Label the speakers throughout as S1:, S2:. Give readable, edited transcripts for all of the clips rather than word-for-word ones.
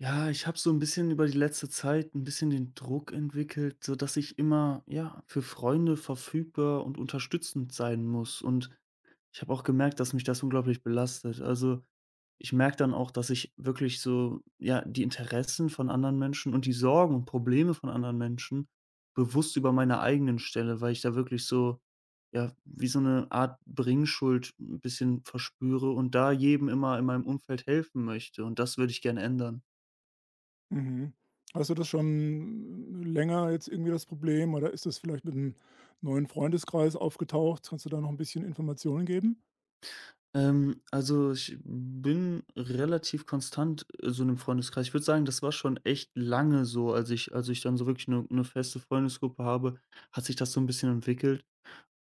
S1: Ja, ich habe so ein bisschen über die letzte Zeit ein bisschen den Druck entwickelt, so dass ich immer, ja, für Freunde verfügbar und unterstützend sein muss. Und ich habe auch gemerkt, dass mich das unglaublich belastet. Also, ich merke dann auch, dass ich wirklich so, ja, die Interessen von anderen Menschen und die Sorgen und Probleme von anderen Menschen bewusst über meine eigenen stelle, weil ich da wirklich so, ja, wie so eine Art Bringschuld ein bisschen verspüre und da jedem immer in meinem Umfeld helfen möchte. Und das würde ich gerne ändern.
S2: Mhm. Hast du das schon länger jetzt irgendwie das Problem oder ist das vielleicht mit 'nem neuen Freundeskreis aufgetaucht? Kannst du da noch ein bisschen Informationen geben?
S1: Also, ich bin relativ konstant, so in 'nem Freundeskreis. Ich würde sagen, das war schon echt lange so. Als ich dann so wirklich eine 'ne feste Freundesgruppe habe, hat sich das so ein bisschen entwickelt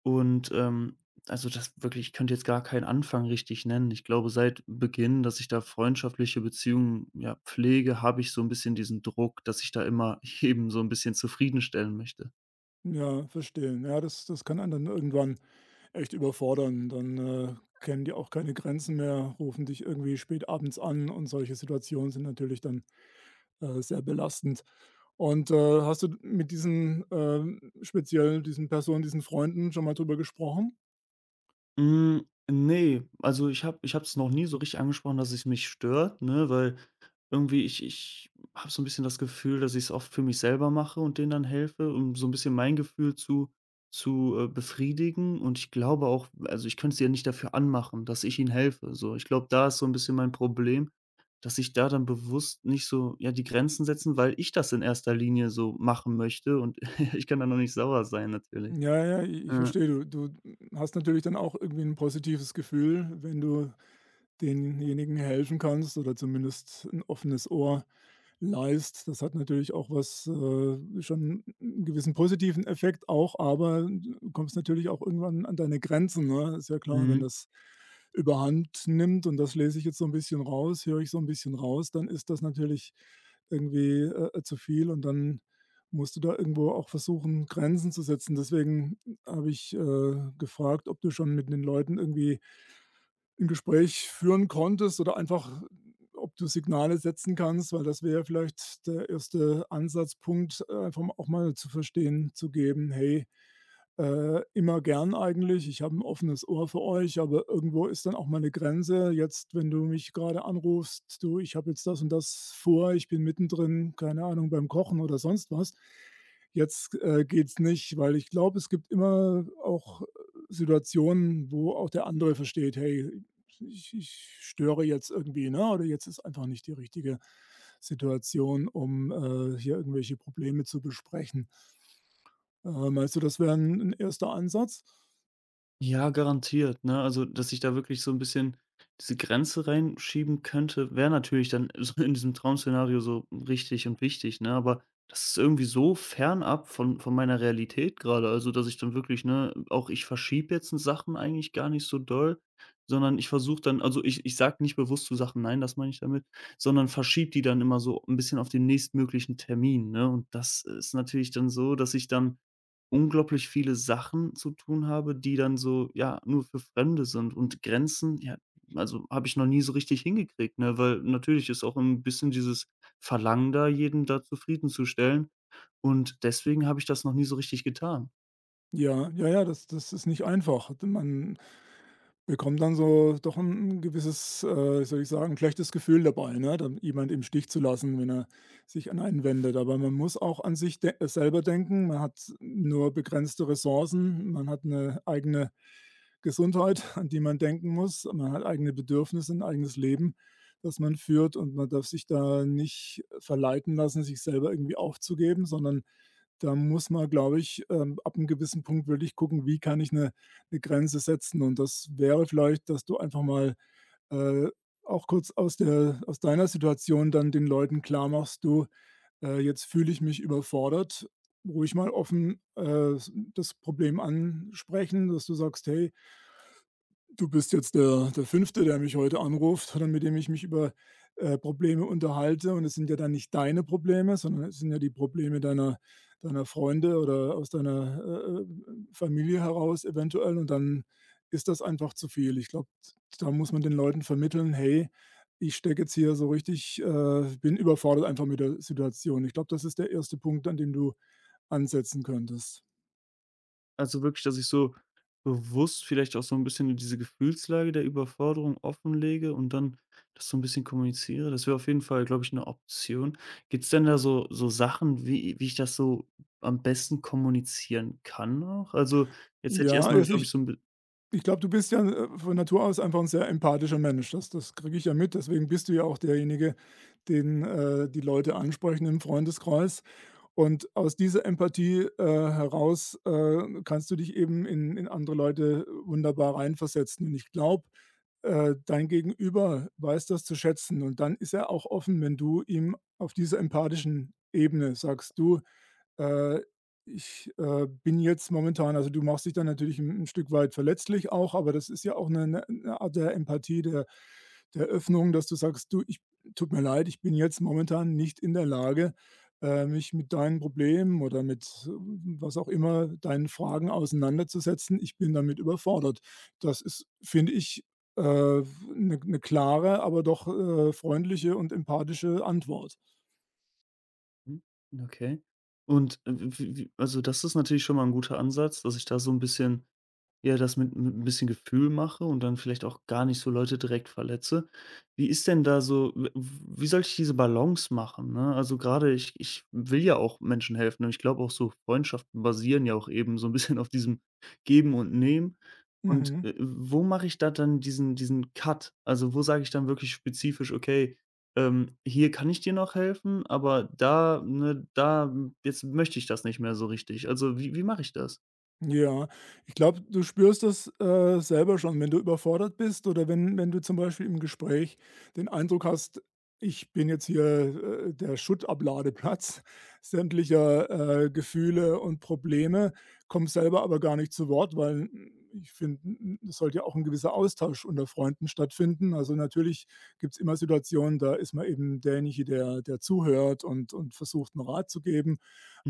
S1: und also, das wirklich, ich könnte jetzt gar keinen Anfang richtig nennen. Ich glaube, seit Beginn, dass ich da freundschaftliche Beziehungen, ja, pflege, habe ich so ein bisschen diesen Druck, dass ich da immer eben so ein bisschen zufriedenstellen möchte.
S2: Ja, verstehe. Ja, das kann einen dann irgendwann echt überfordern. Dann, kennen die auch keine Grenzen mehr, rufen dich irgendwie spät abends an, und solche Situationen sind natürlich dann, sehr belastend. Und, hast du mit diesen, speziell diesen Personen, diesen Freunden schon mal drüber gesprochen?
S1: Hm,
S2: Buch.
S1: ne, also, ich habe es noch nie so richtig angesprochen, dass es mich stört, ne, weil irgendwie, ich habe so ein bisschen das Gefühl, dass ich es oft für mich selber mache und denen dann helfe, um so ein bisschen mein Gefühl zu befriedigen. Und ich glaube auch, also, ich könnte es ja nicht dafür anmachen, dass ich ihnen helfe, so. Ich glaube, da ist so ein bisschen mein Problem, dass ich da dann bewusst nicht so, ja, die Grenzen setzen, weil ich das in erster Linie so machen möchte und ich kann da noch nicht sauer sein natürlich.
S2: Ja, ja, i ich
S1: Ja.
S2: verstehe. Du hast natürlich dann auch irgendwie ein positives Gefühl, wenn du denjenigen helfen kannst oder zumindest ein offenes Ohr leist. Das hat natürlich auch was schon einen gewissen positiven Effekt auch, aber du kommst natürlich auch irgendwann an deine Grenzen, ne? Ist ja klar, wenn
S1: Mhm.
S2: das überhand nimmt und das lese ich jetzt so ein bisschen raus, höre ich so ein bisschen raus, dann ist das natürlich irgendwie, zu viel, und dann musst du da irgendwo auch versuchen, Grenzen zu setzen. Deswegen habe ich, gefragt, ob du schon mit den Leuten irgendwie ein Gespräch führen konntest, oder einfach, ob du Signale setzen kannst, weil das wäre vielleicht der erste Ansatzpunkt, einfach auch mal zu verstehen zu geben: „Hey, immer gern eigentlich. Ich habe ein offenes Ohr für euch, aber irgendwo ist dann auch mal 'ne Grenze. Jetzt, wenn du mich grade anrufst: „Du, ich habe jetzt das und das vor. Ich bin mittendrin, keine Ahnung, beim Kochen oder sonst was.“ Jetzt, geht's nicht, weil ich glaube, es gibt immer auch Situationen, wo auch der andere versteht: „Hey, ich störe jetzt irgendwie, ne?“ Oder jetzt ist einfach nicht die richtige Situation, um, hier irgendwelche Probleme zu besprechen. Meinst du, das wäre ein 'n erster Ansatz?
S1: Ja, garantiert, ne? Also, dass ich da wirklich so ein bisschen diese Grenze reinschieben könnte, wäre natürlich dann so in diesem Traum-Szenario so richtig und wichtig, ne? Aber das ist irgendwie so fernab von meiner Realität gerade, also, dass ich dann wirklich, ne, auch, ich verschiebe jetzt Sachen eigentlich gar nicht so doll, sondern ich versuche dann, also, ich sage nicht bewusst zu Sachen „nein“, das meine ich damit, sondern verschiebe die dann immer so ein bisschen auf den nächstmöglichen Termin, ne? Und das ist natürlich dann so, dass ich dann unglaublich viele Sachen zu tun habe, die dann so, ja, nur für Fremde sind und Grenzen, ja, also, habe ich noch nie so richtig hingekriegt, ne? Weil natürlich ist auch ein bisschen dieses Verlangen da, jeden da zufriedenzustellen und deswegen habe ich das noch nie so richtig getan.
S2: Ja, ja, ja, das ist nicht einfach. Man. Mir kommt dann so doch ein gewisses, wie soll ich sagen, schlechtes Gefühl dabei, ne, dann jemand im Stich zu lassen, wenn er sich an einen wendet. Aber man muss auch an sich de selber denken. Man hat nur begrenzte Ressourcen. Man hat eine eigene Gesundheit, an die man denken muss. Man hat eigene Bedürfnisse, ein eigenes Leben, das man führt, und man darf sich da nicht verleiten lassen, sich selber irgendwie aufzugeben, sondern da muss man, glaube ich, ab 'nem gewissen Punkt wirklich gucken: „Wie kann ich 'ne Grenze setzen. Und das wäre vielleicht, dass du einfach mal, äh, auch kurz aus der aus deiner Situation dann den Leuten klar machst: „Du, jetzt fühle ich mich überfordert.“ Ruhig mal offen, das Problem ansprechen, dass du sagst: „Hey, du bist jetzt der Fünfte, der mich heute anruft oder mit dem ich mich über, Probleme unterhalte, und es sind ja dann nicht deine Probleme, sondern es sind ja die Probleme deiner Freunde oder aus deiner, Familie heraus eventuell, und dann ist das einfach zu viel. Ich glaube, da muss man den Leuten vermitteln: „Hey, ich stecke jetzt hier so richtig bin überfordert einfach mit der Situation.“ Ich glaube, das ist der erste Punkt, an dem du ansetzen könntest.
S1: Also wirklich, dass ich so bewusst vielleicht auch so ein bisschen diese Gefühlslage der Überforderung offenlege und dann das so ein bisschen kommuniziere. Das wäre auf jeden Fall, glaube ich, eine Option. Gibt's denn da so Sachen, wie ich das so am besten kommunizieren kann auch? Also, jetzt hätte ich
S2: Ja,
S1: erstmal,
S2: also
S1: glaube
S2: ich.
S1: ich,
S2: Ich glaube, du bist ja, von Natur aus einfach ein sehr empathischer Mensch. Das kriege ich ja mit. Deswegen bist du ja auch derjenige, den, die Leute ansprechen im Freundeskreis. Und aus dieser Empathie, heraus, kannst du dich eben in andere Leute wunderbar reinversetzen. Und ich glaube, dein Gegenüber weiß das zu schätzen. Und dann ist er auch offen, wenn du ihm auf dieser empathischen Ebene sagst: „Du, äh, ich, bin jetzt momentan also, du machst dich dann natürlich ein 'n Stück weit verletzlich auch, aber das ist ja auch eine 'ne Art der Empathie, der der Öffnung, dass du sagst: „Du, ich tut mir leid, ich bin jetzt momentan nicht in der Lage, mich mit deinen Problemen oder mit, was auch immer, deinen Fragen auseinanderzusetzen. Ich bin damit überfordert.“ Das ist, finde ich, 'ne klare, aber doch, freundliche und empathische Antwort.
S1: hm, okay. Und w w wie, also, das ist natürlich schon mal ein guter Ansatz, dass ich da so ein bisschen, ja, das mit 'n bisschen Gefühl mache und dann vielleicht auch gar nicht so Leute direkt verletze. Wie ist denn da so, w wie soll ich diese Balance machen, ne? Also, gerade, ich will ja auch Menschen helfen und ich glaube auch, so Freundschaften basieren ja auch eben so ein bisschen auf diesem Geben und Nehmen. Und,
S2: Mhm.
S1: wo mache ich da dann diesen Cut? Also, wo sage ich dann wirklich spezifisch: „Okay, hier kann ich dir noch helfen, aber da, ne, da m, jetzt möchte ich das nicht mehr so richtig.“ Also, wie mache ich das?
S2: Ja, ich glaube, du spürst das, selber schon, wenn du überfordert bist, oder wenn du zum Beispiel im Gespräch den Eindruck hast: „Ich bin jetzt hier, der Schuttabladeplatz sämtlicher, Gefühle und Probleme“, kommst selber aber gar nicht zu Wort, weil, ich finde, es sollte ja auch ein gewisser Austausch unter Freunden stattfinden. Also, natürlich gibt's immer Situationen, da ist man eben derjenige, der zuhört und versucht, einen Rat zu geben.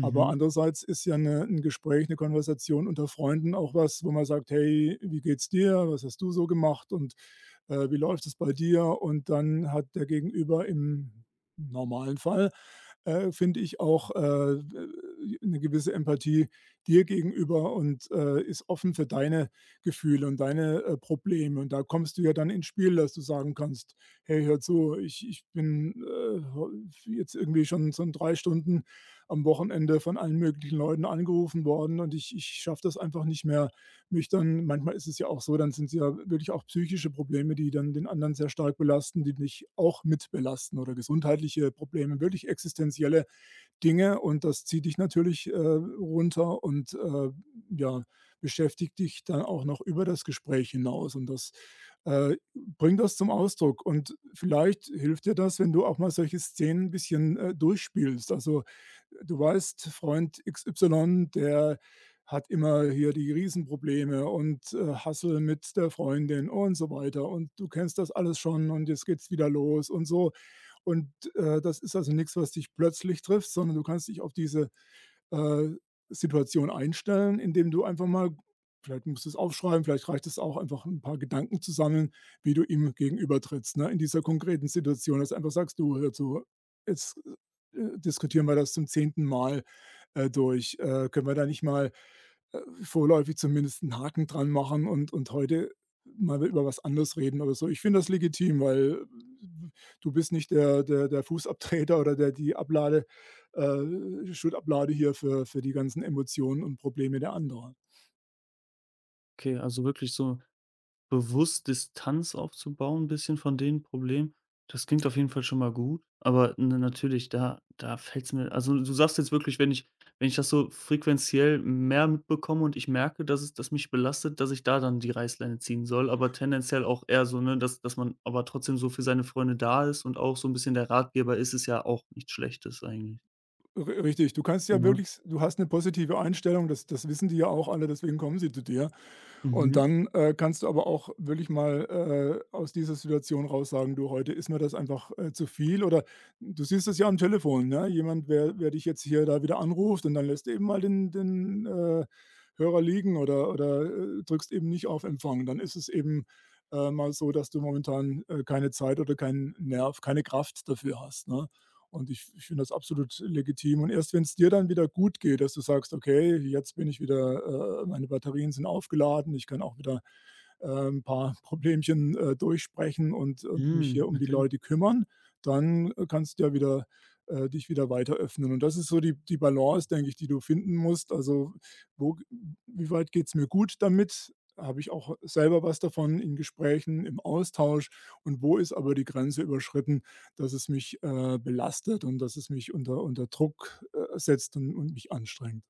S2: Aber andererseits ist ja 'n Gespräch, eine Konversation unter Freunden auch was, wo man sagt: „Hey, wie geht's dir? Was hast du so gemacht, und, wie läuft es bei dir?“ Und dann hat der Gegenüber im normalen Fall, finde ich auch, d 'ne gewisse Empathie dir gegenüber und, ist offen für deine Gefühle und deine, Probleme. Und da kommst du ja dann ins Spiel, dass du sagen kannst: „Hey, hör zu, ich bin, jetzt irgendwie schon so 3 Stunden am Wochenende von allen möglichen Leuten angerufen worden, und ich schaffe das einfach nicht mehr, mich dann manchmal ist es ja auch so, dann sind es ja wirklich auch psychische Probleme, die dann den anderen sehr stark belasten, die mich auch mit belasten, oder gesundheitliche Probleme, wirklich existenzielle Dinge, und das zieht dich natürlich, runter und, ja, beschäftigt dich dann auch noch über das Gespräch hinaus, und das, bring das zum Ausdruck, und vielleicht hilft dir das, wenn du auch mal solche Szenen 'n bisschen, durchspielst. Also, du weißt, Freund XY, der hat immer hier die Riesenprobleme und, Hassel mit der Freundin und so weiter, und du kennst das alles schon, und jetzt geht's wieder los und so. Und, das ist also nichts, was dich plötzlich trifft, sondern du kannst dich auf diese, äh, Situation einstellen, indem du einfach mal vielleicht musst du es aufschreiben, vielleicht reicht es auch, einfach ein paar Gedanken zu sammeln, wie du ihm gegenübertrittst, ne, in dieser konkreten Situation, dass du einfach sagst: „Du, hör zu, jetzt, diskutieren wir das zum 10. Mal, durch. Können wir da nicht mal, vorläufig zumindest einen Haken dran machen, und heute mal über was anderes reden oder so?“ Ich finde das legitim, weil äh, du bist nicht der der Fußabtreter oder der die Ablade Schuldablade hier für die ganzen Emotionen und Probleme der anderen.
S1: Okay, also wirklich so bewusst Distanz aufzubauen ein bisschen von den Problemen. Das klingt auf jeden Fall schon mal gut, aber na natürlich, da fällt's mir, also, du sagst jetzt wirklich, wenn ich das so frequenziell mehr mitbekomme und ich merke, dass es, dass mich belastet, dass ich da dann die Reißleine ziehen soll, aber tendenziell auch eher so, ne, dass man aber trotzdem so für seine Freunde da ist und auch so ein bisschen der Ratgeber ist, ist ja auch nichts Schlechtes eigentlich,
S2: R Richtig, du kannst ja
S1: ne?
S2: wirklich s du hast eine positive Einstellung, das wissen die ja auch alle, deswegen kommen sie zu dir. Und
S1: Mhm.
S2: dann, kannst du aber auch wirklich mal, aus dieser Situation raus sagen: „Du, heute ist mir das einfach, zu viel.“ Oder du siehst es ja am Telefon, ne? Jemand, wer dich jetzt hier da wieder anruft, und dann lässt du eben mal den Hörer liegen, oder drückst eben nicht auf Empfang. Dann ist es eben, mal so, dass du momentan, keine Zeit oder keinen Nerv, keine Kraft dafür hast, ne? Und ich finde das absolut legitim. Und erst wenn es dir dann wieder gut geht, dass du sagst: „Okay, jetzt bin ich wieder meine Batterien sind aufgeladen. Ich kann auch wieder, ein paar Problemchen, durchsprechen und mich hier
S1: Hm,
S2: um die
S1: okay.
S2: Leute kümmern.“ Dann, kannst du ja wieder dich wieder weiter öffnen. Und das ist so die Balance, denke ich, die du finden musst. Also, wo wie weit geht's mir gut damit? Habe ich auch selber was davon in Gesprächen, im Austausch? Und wo ist aber die Grenze überschritten, dass es mich, belastet und dass es mich unter Druck, setzt und mich anstrengt.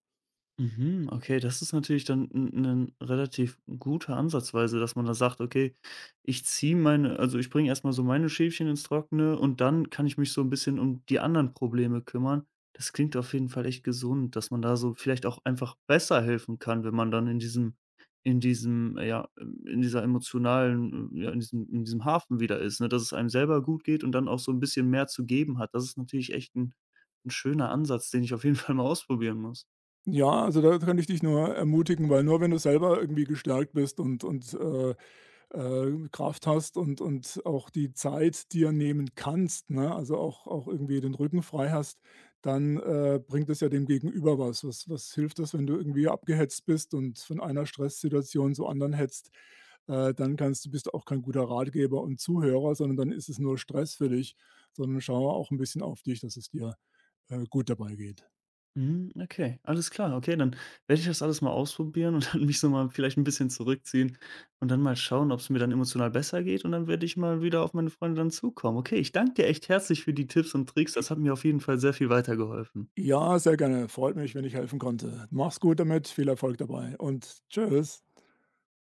S1: Mhm, okay, das ist natürlich dann ein relativ guter Ansatzweise, dass man da sagt: „Okay, ich ziehe meine, also, ich bringe erst mal so meine Schäfchen ins Trockene und dann kann ich mich so ein bisschen um die anderen Probleme kümmern.“ Das klingt auf jeden Fall echt gesund, dass man da so vielleicht auch einfach besser helfen kann, wenn man dann in dieser emotionalen, ja, in diesem Hafen wieder ist, ne, dass es einem selber gut geht und dann auch so ein bisschen mehr zu geben hat. Das ist natürlich echt ein 'n schöner Ansatz, den ich auf jeden Fall mal ausprobieren muss.
S2: Ja, also da kann ich dich nur ermutigen, weil nur wenn du selber irgendwie gestärkt bist und Kraft hast und auch die Zeit dir nehmen kannst, ne, also auch irgendwie den Rücken frei hast, dann, bringt es ja dem Gegenüber was. Was hilft das, wenn du irgendwie abgehetzt bist und von einer Stresssituation zur anderen hetzt? Dann kannst du bist du auch kein guter Ratgeber und Zuhörer, sondern dann ist es nur Stress für dich, sondern schaue auch ein bisschen auf dich, dass es dir gut dabei geht.
S1: Mhm, okay, alles klar. Okay, dann werde ich das alles mal ausprobieren und dann mich so mal vielleicht ein bisschen zurückziehen und dann mal schauen, ob es mir dann emotional besser geht und dann werde ich mal wieder auf meine Freunde dann zukommen. Okay, ich danke dir echt herzlich für die Tipps und Tricks.
S2: J
S1: Das hat mir auf jeden Fall sehr viel weitergeholfen.
S2: Ja, sehr gerne. Freut mich, wenn ich helfen konnte. Mach's gut damit, viel Erfolg dabei, und tschüss.